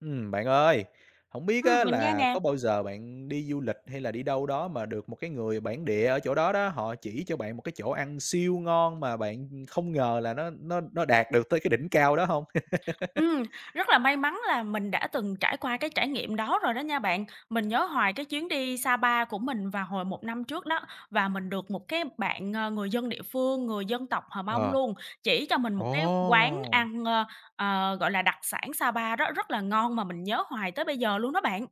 Bạn ơi, không biết á Mình nghe là nè. có bao giờ bạn đi du lịch hay là đi đâu đó mà được một cái người bản địa ở chỗ đó đó, họ chỉ cho bạn một cái chỗ ăn siêu ngon mà bạn không ngờ là nó đạt được tới cái đỉnh cao đó không? Ừm, rất là may mắn là mình đã từng trải qua cái trải nghiệm đó rồi đó nha bạn. Mình nhớ hoài cái chuyến đi Sapa của mình vào hồi một năm trước đó, và mình được một cái bạn, người dân địa phương, người dân tộc Hờ Mông Ờ. luôn, chỉ cho mình Ờ. một cái quán Ồ! ăn, gọi là, đặc sản Sapa đó, rất là ngon mà mình nhớ hoài tới bây giờ luôn đó bạn.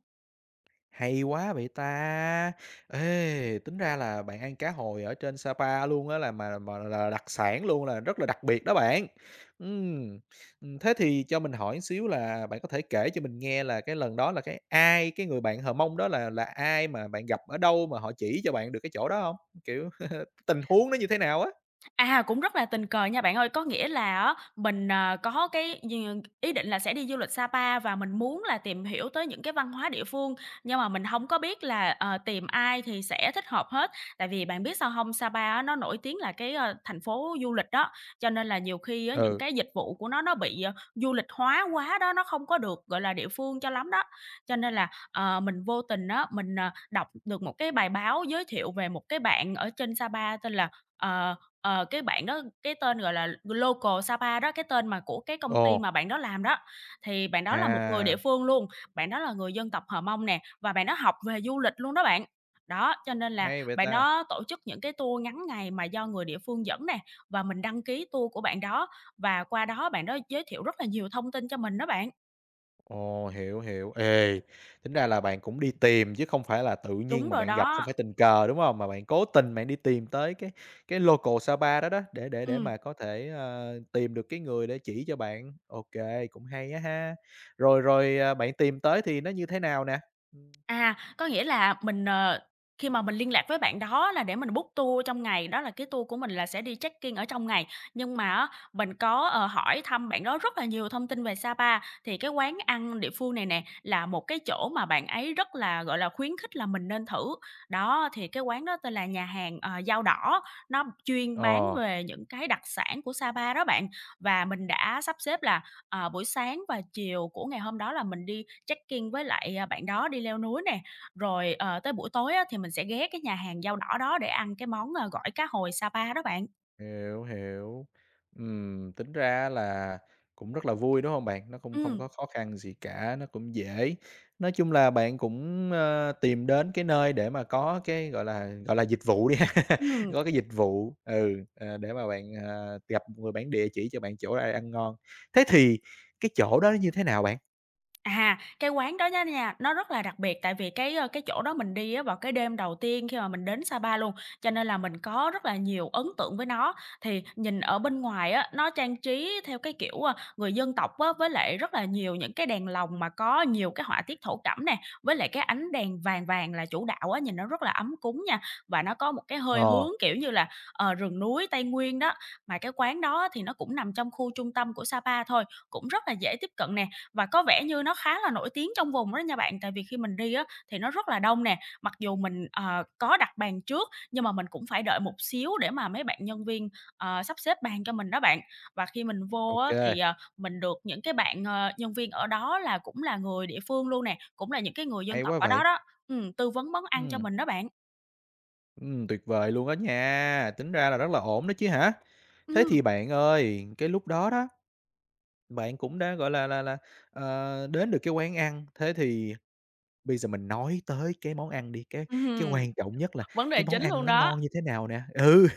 Hay quá vậy ta! Ê, tính ra là bạn ăn cá hồi ở trên Sapa luôn á, là mà là đặc sản luôn, là rất là đặc biệt đó bạn. Ừm, Thế thì cho mình hỏi xíu là bạn có thể kể cho mình nghe là cái lần đó là cái ai, cái người bạn Hờ Mông đó là ai, mà bạn gặp ở đâu mà họ chỉ cho bạn được cái chỗ đó không? Kiểu, tình huống nó như thế nào á? À, cũng rất là tình cờ nha bạn ơi. Có nghĩa là á, mình, có cái d ý định là sẽ đi du lịch Sapa và mình muốn là tìm hiểu tới những cái văn hóa địa phương, nhưng mà mình không có biết là, tìm ai thì sẽ thích hợp hết. Tại vì bạn biết sao không Sapa á, nó nổi tiếng là cái, thành phố du lịch đó, cho nên là nhiều khi á, những Ừ. cái dịch vụ của nó bị, du lịch hóa quá đó, nó không có được, gọi là, địa phương cho lắm đó. Cho nên là, mình vô tình á, mình, đọc được một cái bài báo giới thiệu về một cái bạn ở trên Sapa tên là, ờ cái bạn đó cái tên, gọi là, local Sapa đó, cái tên mà của cái công Ồ. ty mà bạn đó làm đó, thì bạn đó là một người địa À, phương luôn, bạn đó là người dân tộc Hờ Mông nè, và bạn đó học về du lịch luôn đó bạn. Đó, cho nên là hay vậy bạn ta! đó tổ chức những cái tour ngắn ngày mà do người địa phương dẫn nè, và mình đăng ký tour của bạn đó, và qua đó bạn đó giới thiệu rất là nhiều thông tin cho mình đó bạn. Ồ, hiểu, hiểu. Ê, tính ra là bạn cũng đi tìm chứ không phải là tự Đúng nhiên mà rồi bạn gặp, không đó, phải tình cờ, đúng không? Mà bạn cố tình bạn đi tìm tới cái local Sapa đó đó, để ừm. mà có thể, tìm được cái người để chỉ cho bạn. OK, cũng hay á ha. Rồi rồi, à, bạn tìm tới thì nó như thế nào nè? Ừm. À, có nghĩa là mình, khi mà mình liên lạc với bạn đó là để mình book tour trong ngày, đó là cái tour của mình là sẽ đi check-in ở trong ngày. Nhưng mà á, mình có, hỏi thăm bạn đó rất là nhiều thông tin về Sapa, thì cái quán ăn địa phương này nè là một cái chỗ mà bạn ấy rất là, gọi là, khuyến khích là mình nên thử. Đó, thì cái quán đó tên là nhà hàng, Dao Đỏ, nó chuyên bán Ờ. về những cái đặc sản của Sapa đó bạn. Và mình đã sắp xếp là Ờ, buổi sáng và chiều của ngày hôm đó là mình đi trekking với lại, à, bạn đó đi leo núi nè, rồi, tới buổi tối á thì mình sẽ ghé cái nhà hàng dao đỏ đó để ăn cái món, gỏi cá hồi Sapa đó bạn. Hiểu, hiểu. Tính ra là cũng rất là vui, đúng không bạn? Nó cũng không Ừm, có khó khăn gì cả, nó cũng dễ. Nói chung là bạn cũng, tìm đến cái nơi để mà có cái, gọi là, dịch vụ đi ha, Ừm. có cái dịch vụ, để mà bạn, gặp một người bản địa chỉ cho bạn chỗ ai ăn ngon. Thế thì cái chỗ đó nó như thế nào bạn? À, cái quán đó đó nha, nó rất là đặc biệt tại vì cái, cái chỗ đó mình đi á vào cái đêm đầu tiên khi mà mình đến Sapa luôn, cho nên là mình có rất là nhiều ấn tượng với nó. Thì nhìn ở bên ngoài á, nó trang trí theo cái kiểu, người dân tộc á, với lại rất là nhiều những cái đèn lồng mà có nhiều cái họa tiết thổ cẩm nè, với lại cái ánh đèn vàng vàng là chủ đạo á, nhìn nó rất là ấm cúng nha. Và nó có một cái hơi Ờ, hướng, kiểu như là, rừng núi Tây Nguyên đó, mà cái quán đó thì nó cũng nằm trong khu trung tâm của Sapa thôi, cũng rất là dễ tiếp cận nè. Và có vẻ như nó khá là nổi tiếng trong vùng đó nha bạn, tại vì khi mình đi á thì nó rất là đông nè, mặc dù mình, có đặt bàn trước nhưng mà mình cũng phải đợi một xíu để mà mấy bạn nhân viên, sắp xếp bàn cho mình đó bạn. Và khi mình vô á thì, OK, mình được những cái bạn, nhân viên ở đó là cũng là người địa phương luôn nè, cũng là những cái người dân hay tộc quá ở đó vậy. đó, tư vấn món ăn cho Ừm, mình đó bạn. Tuyệt vời luôn đó nha, tính ra là rất là ổn đó chứ hả? Thế Ừm, thì bạn ơi, cái lúc đó đó, bạn cũng đã, gọi là là, đến được cái quán ăn, thế thì bây giờ mình nói tới cái món ăn đi, cái ừm, quan trọng nhất là vấn đề cái món chính ăn luôn nó đó. ngon như thế nào nè? Ừ.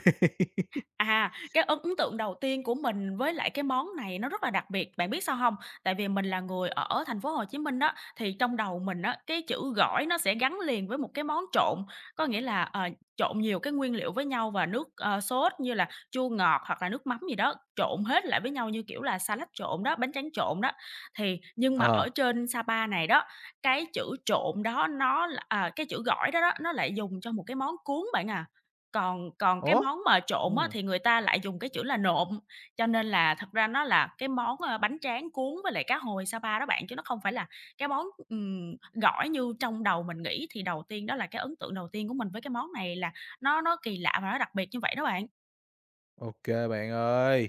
À, cái ấn ấn tượng đầu tiên của mình với lại cái món này nó rất là đặc biệt, bạn biết sao hông? Tại vì mình là người ở thành phố Hồ Chí Minh á, thì trong đầu mình á, cái chữ gỏi nó sẽ gắn liền với một cái món trộn, có nghĩa là, trộn nhiều cái nguyên liệu với nhau và nước, sốt như là chua ngọt hoặc là nước mắm gì đó, trộn hết lại với nhau như kiểu là sa lách trộn đó, bánh tráng trộn đó. Thì nhưng mà ờ, ở trên Sapa này đó, cái chữ trộn đó nó là à, cái chữ gỏi đó đó, nó lại dùng cho một cái món cuốn bạn à. Còn còn cái ố. món mà Ừ. trộn á, thì người ta lại dùng cái chữ là nộm, cho nên là thật ra nó là cái món, bánh tráng cuốn với lại cá hồi Sa đó bạn, chứ nó không phải là cái món, gỏi như trong đầu mình nghĩ. Thì đầu tiên đó là cái ấn tượng đầu tiên của mình với cái món này là nó kỳ lạ và nó đặc biệt như vậy đó bạn. OK, bạn ơi,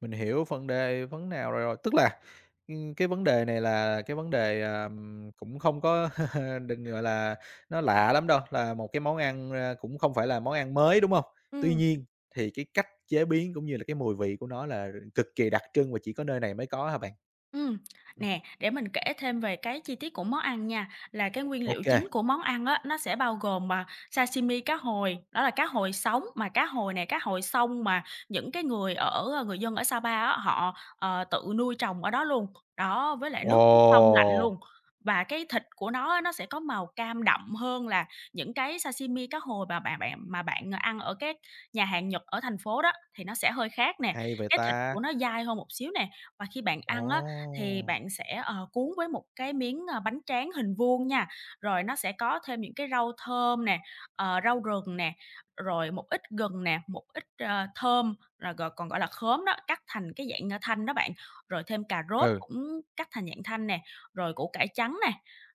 mình hiểu vấn đề vấn nào rồi rồi. Tức là, cái vấn đề này là cái vấn đề, cũng không có đừng, gọi là, nó lạ lắm đâu, là một cái món ăn, cũng không phải là món ăn mới, đúng không? Tuy Ừm. nhiên thì cái cách chế biến cũng như là cái mùi vị của nó là cực kỳ đặc trưng và chỉ có nơi này mới có hả bạn? Ừm, Ừm. nè, để mình kể thêm về cái chi tiết của món ăn nha, là cái nguyên liệu chính OK. của món ăn á, nó sẽ bao gồm, mà sashimi cá hồi, đó là cá hồi sống, mà cá hồi này, cá hồi sông mà những cái người ở người dân ở Sapa á, họ, tự nuôi trồng ở đó luôn. Đó, với lại Ồ! nước nước sông lạnh luôn. Và cái thịt của nó á, nó sẽ có màu cam đậm hơn là những cái sashimi cá hồi mà bạn bạn mà bạn ăn ở các nhà hàng Nhật ở thành phố đó, thì nó sẽ hơi khác nè. Hay vậy Cái thịt ta! của nó dai hơn một xíu nè, và khi bạn ăn á thì Ồ! bạn sẽ, cuốn với một cái miếng, bánh tráng hình vuông nha, rồi nó sẽ có thêm những cái rau thơm nè, rau rừng nè, rồi một ít gừng nè, một ít, thơm, rồi còn gọi là khóm đó, cắt thành cái dạng, thanh đó bạn, rồi thêm cà rốt Ừ. cũng cắt thành dạng thanh nè, rồi củ cải trắng nè.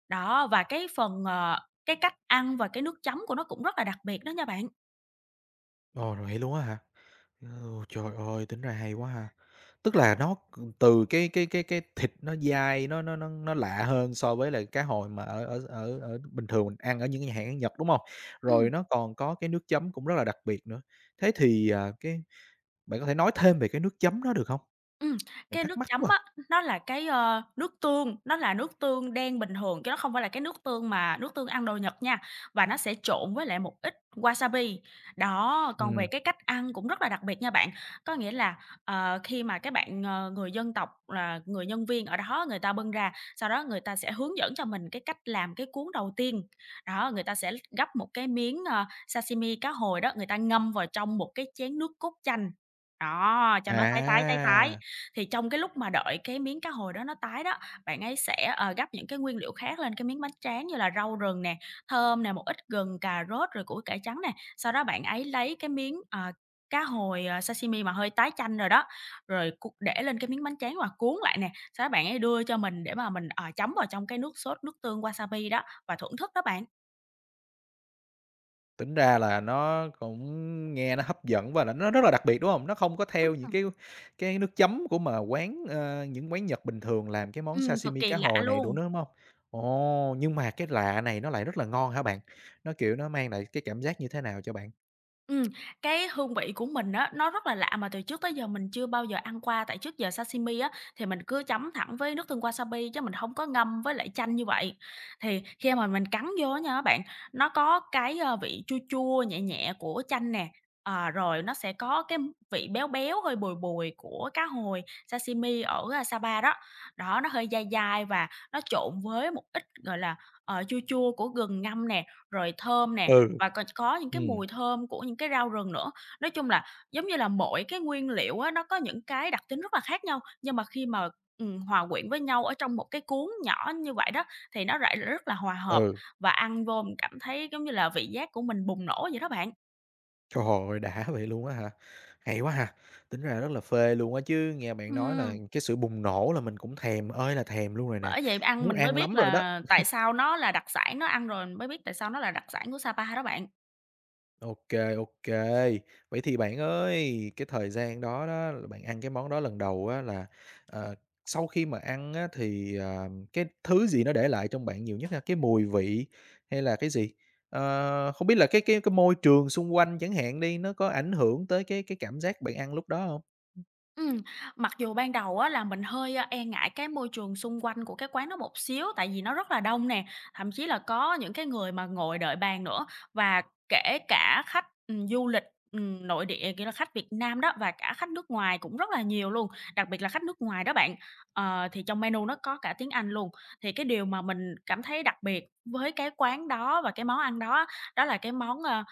Đó, và cái phần, cái cách ăn và cái nước chấm của nó cũng rất là đặc biệt đó nha bạn. Ồ, rồi vậy luôn á hả? Ồ, trời ơi, tính ra hay quá ha. Tức là nó từ cái thịt nó dai, nó lạ hơn so với là cá hồi mà ở ở ở ở bình thường mình ăn ở những nhà hàng Nhật, đúng không? Ừm. Rồi nó còn có cái nước chấm cũng rất là đặc biệt nữa. Thế thì, à, cái bạn có thể nói thêm về cái nước chấm đó được không? Ừm, Mình cái thắc nước mắc chấm quá á, à. nó là cái, nước tương, nó là nước tương đen bình thường chứ nó không phải là cái nước tương mà nước tương ăn đồ Nhật nha, và nó sẽ trộn với lại một ít wasabi. Đó, còn về cái cách ăn cũng rất là đặc biệt nha bạn, có nghĩa là, khi mà các bạn, người dân tộc là người nhân viên ở đó người ta bưng ra, sau đó người ta sẽ hướng dẫn cho mình cái cách làm cái cuốn đầu tiên. Đó, người ta sẽ gắp một cái miếng, sashimi cá hồi đó, người ta ngâm vào trong một cái chén nước cốt chanh, đó, cho nó tái tái. à. Thì trong cái lúc mà đợi cái miếng cá hồi đó nó tái đó, bạn ấy sẽ, gắp những cái nguyên liệu khác lên cái miếng bánh tráng như là rau rừng nè, thơm nè, một ít gừng, cà rốt, rồi củ cải trắng nè. Sau đó bạn ấy lấy cái miếng, cá hồi, sashimi mà hơi tái chanh rồi đó, rồi để lên cái miếng bánh tráng và cuốn lại nè. Sau đó bạn ấy đưa cho mình để mà mình, chấm vào trong cái nước sốt nước tương wasabi đó và thưởng thức đó bạn. Tính ra là nó cũng nghe nó hấp dẫn và là nó rất là đặc biệt, đúng hông? Nó không có theo những Ừm, cái nước chấm của mà quán, những quán Nhật bình thường làm cái món cực sashimi kỳ cá lạ hồi này, đủ luôn. nướng, đúng hông? Ồ, nhưng mà cái lạ này nó lại rất là ngon hả bạn? Nó, kiểu, nó mang lại cái cảm giác như thế nào cho bạn? Ừm, cái hương vị của mình á, nó rất là lạ mà từ trước tới giờ mình chưa bao giờ ăn qua, tại trước giờ sashimi á, thì mình cứ chấm thẳng với nước tương wasabi chứ mình không có ngâm với lại chanh như vậy. Thì khi mà mình cắn vô á nha các bạn, nó có cái, vị chua chua nhẹ nhẹ của chanh nè, rồi nó sẽ có cái vị béo béo, hơi bùi bùi của cá hồi sashimi ở, Sapa đó. Đó, nó hơi dai dai và nó trộn với một ít, gọi là, chua chua của gừng ngâm nè, rồi thơm nè, Ừ. và còn có những cái Ừm, mùi thơm của những cái rau rừng nữa. Nói chung là, giống như là, mỗi cái nguyên liệu á, nó có những cái đặc tính rất là khác nhau, nhưng mà khi mà, hòa quyện với nhau ở trong một cái cuốn nhỏ như vậy đó, thì nó lại rất là hòa hợp ừ, và ăn vô mình cảm thấy, giống như là, vị giác của mình bùng nổ vậy đó bạn. trời ơi, đã vậy luôn á hả? Hay quá ha! Tính ra rất là phê luôn á chứ, nghe bạn nói là Ừm. cái sự bùng nổ là mình cũng thèm ơi là thèm luôn rồi nè, Bởi vậy ăn muốn mình mới ăn biết lắm rồi đó. là tại sao nó là đặc sản, nó ăn rồi mình mới biết tại sao nó là đặc sản của Sapa đó bạn. OK. OK. Vậy thì bạn ơi, cái thời gian đó đó là bạn ăn cái món đó lần đầu á là, ờ, sau khi mà ăn á thì, cái thứ gì nó để lại trong bạn nhiều nhất ha? Cái mùi vị hay là cái gì? Không biết là cái môi trường xung quanh chẳng hạn đi, nó có ảnh hưởng tới cái cảm giác bạn ăn lúc đó không? Ừm, mặc dù ban đầu á là mình hơi, e ngại cái môi trường xung quanh của cái quán đó một xíu, tại vì nó rất là đông nè, thậm chí là có những cái người mà ngồi đợi bàn nữa. Và kể cả khách, du lịch, nội địa, kiểu là, khách Việt Nam đó và cả khách nước ngoài cũng rất là nhiều luôn, đặc biệt là khách nước ngoài đó bạn. Thì trong menu nó có cả tiếng Anh luôn. Thì cái điều mà mình cảm thấy đặc biệt với cái quán đó và cái món ăn đó á, đó là cái món, ờ,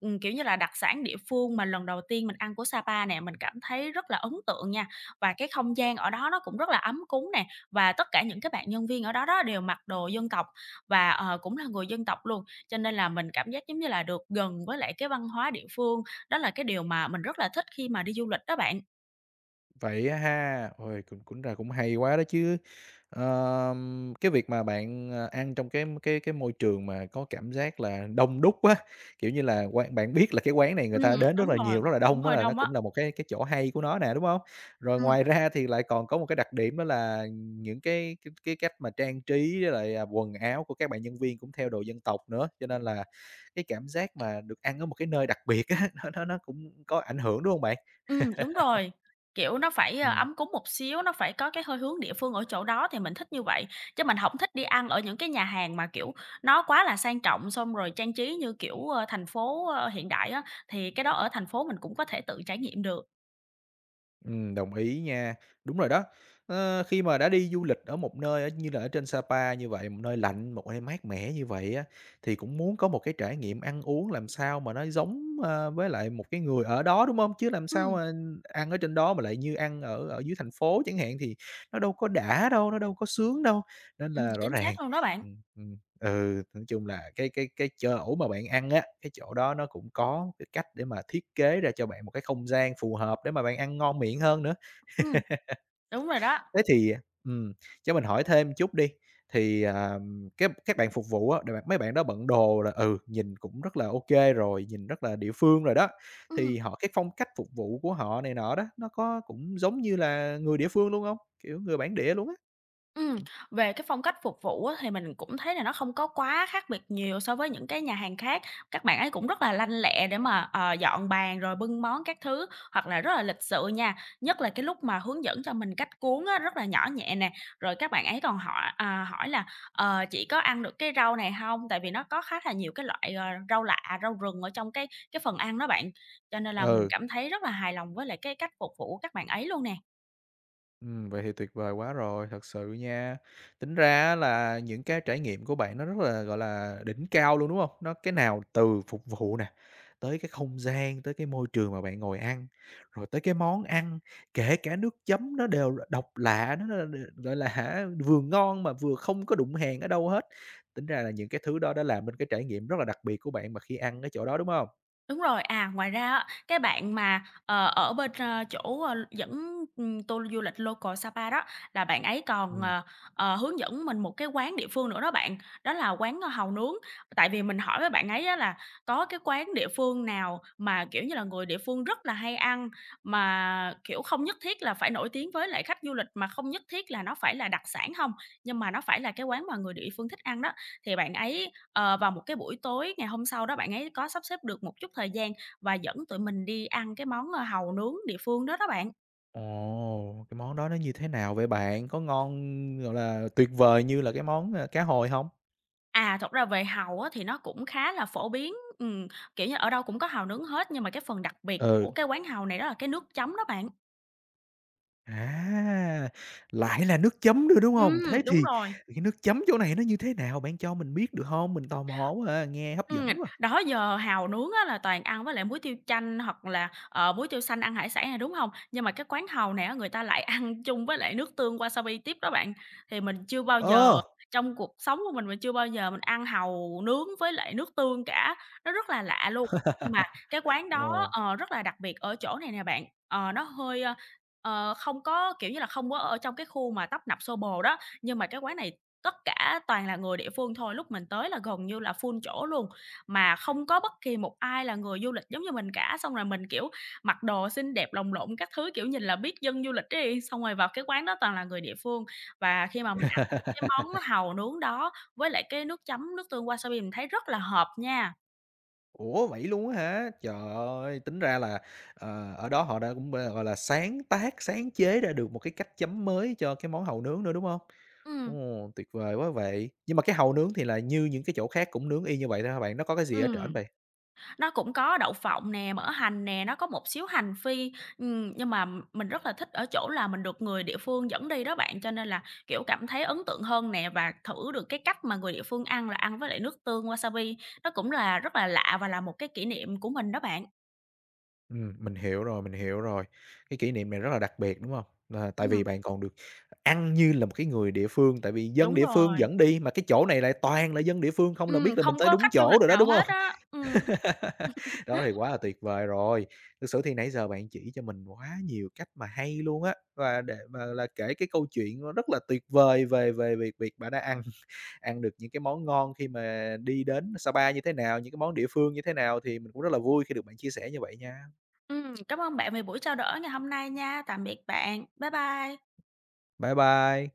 Ừm, kiểu như là, đặc sản địa phương mà lần đầu tiên mình ăn của Sapa nè, mình cảm thấy rất là ấn tượng nha. Và cái không gian ở đó nó cũng rất là ấm cúng nè, và tất cả những cái bạn nhân viên ở đó đó đều mặc đồ dân tộc và, ờ, cũng là người dân tộc luôn. Cho nên là mình cảm giác giống như là được gần với lại cái văn hóa địa phương, đó là cái điều mà mình rất là thích khi mà đi du lịch đó bạn. Vậy á ha, ôi, cũng cũng là cũng hay quá đó chứ. Cái việc mà bạn, ăn trong cái môi trường mà có cảm giác là đông đúc á, kiểu như là, quán bạn biết là cái quán này người Ừm, ta đến rất đúng là rồi, nhiều, rất là cũng đông á hơi là nó đông á. cũng là một cái chỗ hay của nó nè, đúng không? Rồi ngoài ra thì lại còn có một cái đặc điểm đó là những cái cách mà trang trí với lại, quần áo của các bạn nhân viên cũng theo đồ dân tộc nữa, cho nên là cái cảm giác mà được ăn ở một cái nơi đặc biệt á, nó cũng có ảnh hưởng, đúng không bạn? Đúng rồi, kiểu, nó phải, Ừm. ấm cúng một xíu, nó phải có cái hơi hướng địa phương ở chỗ đó thì mình thích như vậy, chứ mình hổng thích đi ăn ở những cái nhà hàng mà, kiểu, nó quá là sang trọng, xong rồi trang trí như kiểu, thành phố, hiện đại á, thì cái đó ở thành phố mình cũng có thể tự trải nghiệm được. Đồng ý nha. Đúng rồi đó. Khi mà đã đi du lịch ở một nơi ở như là ở trên Sapa như vậy, một nơi lạnh, một nơi mát mẻ như vậy á, thì cũng muốn có một cái trải nghiệm ăn uống làm sao mà nó giống, với lại một cái người ở đó, đúng không? Chứ làm sao Ừm, mà ăn ở trên đó mà lại như ăn ở ở dưới thành phố chẳng hạn thì nó đâu có đã đâu, nó đâu có sướng đâu, nên ừm, là rõ chính ràng xác luôn đó bạn. ừm, ừm. Ừ, nói chung là cái chỗ mà bạn ăn á, cái chỗ đó nó cũng có cái cách để mà thiết kế ra cho bạn một cái không gian phù hợp để mà bạn ăn ngon miệng hơn nữa. Ừm, đúng rồi đó. Thế thì ừm, cho mình hỏi thêm chút đi, thì, các bạn phục vụ á, mấy bạn đó bận đồ là, nhìn cũng rất là OK rồi, nhìn rất là địa phương rồi đó, Ừm. thì họ cái phong cách phục vụ của họ này nọ đó, nó có cũng giống như là người địa phương luôn không? Kiểu, người bản địa luôn á. Ừm, về cái phong cách phục vụ á, thì mình cũng thấy là nó không có quá khác biệt nhiều so với những cái nhà hàng khác. Các bạn ấy cũng rất là lanh lẹ để mà, dọn bàn rồi bưng món các thứ, hoặc là rất là lịch sự nha. Nhất là cái lúc mà hướng dẫn cho mình cách cuốn á, rất là nhỏ nhẹ nè, rồi các bạn ấy còn hỏi à, hỏi là "Ờ, chị có ăn được cái rau này không? Tại vì nó có khá là nhiều cái loại, rau lạ, rau rừng ở trong cái phần ăn đó bạn, cho nên là mình Ừ. cảm thấy rất là hài lòng với lại cái cách phục vụ của các bạn ấy luôn nè. Vậy thì tuyệt vời quá rồi, thật sự nha. Tính ra á là những cái trải nghiệm của bạn nó rất là, gọi là, đỉnh cao luôn, đúng không? Nó cái nào từ phục vụ nè, tới cái không gian, tới cái môi trường mà bạn ngồi ăn, rồi tới cái món ăn, kể cả nước chấm nó đều là độc lạ, nó là gọi là hả, vừa ngon mà vừa không có đụng hàng ở đâu hết. Tính ra là những cái thứ đó đã làm nên cái trải nghiệm rất là đặc biệt của bạn mà khi ăn ở chỗ đó, đúng không? Đúng rồi. À, ngoài ra á, cái bạn mà, ở bên, chỗ, dẫn, tour du lịch local Sapa đó, là bạn ấy còn, Ừm. Hướng dẫn mình một cái quán địa phương nữa đó bạn, đó là quán, hàu nướng. Tại vì mình hỏi với bạn ấy á là có cái quán địa phương nào mà, kiểu như là, người địa phương rất là hay ăn, mà, kiểu, không nhất thiết là phải nổi tiếng với lại khách du lịch, mà không nhất thiết là nó phải là đặc sản không, nhưng mà nó phải là cái quán mà người địa phương thích ăn đó. Thì bạn ấy, vào một cái buổi tối ngày hôm sau đó bạn ấy có sắp xếp được một chút thời gian và dẫn tụi mình đi ăn cái món, hàu nướng địa phương đó đó bạn. Ồ, cái món đó nó như thế nào vậy bạn? Có ngon, gọi là, tuyệt vời như là cái món, cá hồi không? À, thật ra về hàu á thì nó cũng khá là phổ biến, ừm, kiểu như, ở đâu cũng có hàu nướng hết, nhưng mà cái phần đặc biệt Ừ. của cái quán hàu này đó là cái nước chấm đó bạn. À, lại là nước chấm nữa, đúng không? Thế Đúng thì rồi. cái nước chấm chỗ này nó như thế nào? Bạn cho mình biết được không? Mình tò mò quá à, nghe hấp Ừm, dẫn quá. đó giờ hàu nướng á là toàn ăn với lại muối tiêu chanh hoặc là, muối tiêu xanh ăn hải sản nè, đúng hông? Nhưng mà cái quán hàu này á, người ta lại ăn chung với lại nước tương wasabi tiếp đó bạn. Thì mình chưa bao giờ Ờ. trong cuộc sống của mình chưa bao giờ mình ăn hàu nướng với lại nước tương cả, nó rất là lạ luôn. Nhưng mà cái quán đó, Ồ. Rất là đặc biệt ở chỗ này nè bạn, nó hơi, không có, kiểu như là, không có ở trong cái khu mà tấp nập xô bồ đó, nhưng mà cái quán này, tất cả toàn là người địa phương thôi, lúc mình tới là gần như là full chỗ luôn, mà không có bất kỳ một ai là người du lịch giống như mình cả. Xong rồi mình, kiểu, mặc đồ xinh đẹp lồng lộn các thứ, kiểu, nhìn là biết dân du lịch ấy, xong rồi vào cái quán đó toàn là người địa phương. Và khi mà mình ăn thử cái món hàu nướng đó với lại cái nước chấm nước tương wasabi mình thấy rất là hợp nha. Ủa, vậy luôn á hả? Trời ơi, tính ra là, ở đó họ đã cũng, gọi là, sáng tác, sáng chế ra được một cái cách chấm mới cho cái món hàu nướng nữa, đúng không? Ồ, Ừm. tuyệt vời quá vậy! Nhưng mà cái hàu nướng thì là như những cái chỗ khác cũng nướng y như vậy thôi hả bạn? Nó có cái gì ở trển Ừm. bạn? Nó cũng có đậu phộng nè, mỡ hành nè, nó có một xíu hành phi, nhưng mà mình rất là thích ở chỗ là mình được người địa phương dẫn đi đó bạn, cho nên là, kiểu, cảm thấy ấn tượng hơn nè và thử được cái cách mà người địa phương ăn là ăn với lại nước tương wasabi. Nó cũng là rất là lạ và là một cái kỷ niệm của mình đó bạn. Mình hiểu rồi, mình hiểu rồi. Cái kỷ niệm này rất là đặc biệt, đúng không? Là tại vì Ừm, bạn còn được ăn như là một cái người địa phương, tại vì dân đúng địa phương rồi. dẫn đi, mà cái chỗ này lại toàn là dân địa phương không là biết là mình Không tới có đúng khách du chỗ lịch rồi đó, nào đúng không? hết á. Ừm. Đó thì quá là tuyệt vời rồi. Thực sự thì nãy giờ bạn chỉ cho mình quá nhiều cách mà hay luôn á, và để mà là kể cái câu chuyện nó rất là tuyệt vời về về việc việc bạn đã ăn ăn được những cái món ngon khi mà đi đến Sa như thế nào, những cái món địa phương như thế nào thì mình cũng rất là vui khi được bạn chia sẻ như vậy nha. Cảm ơn bạn về buổi trao đổi ngày hôm nay nha. Tạm biệt bạn. Bye bye. Bye bye.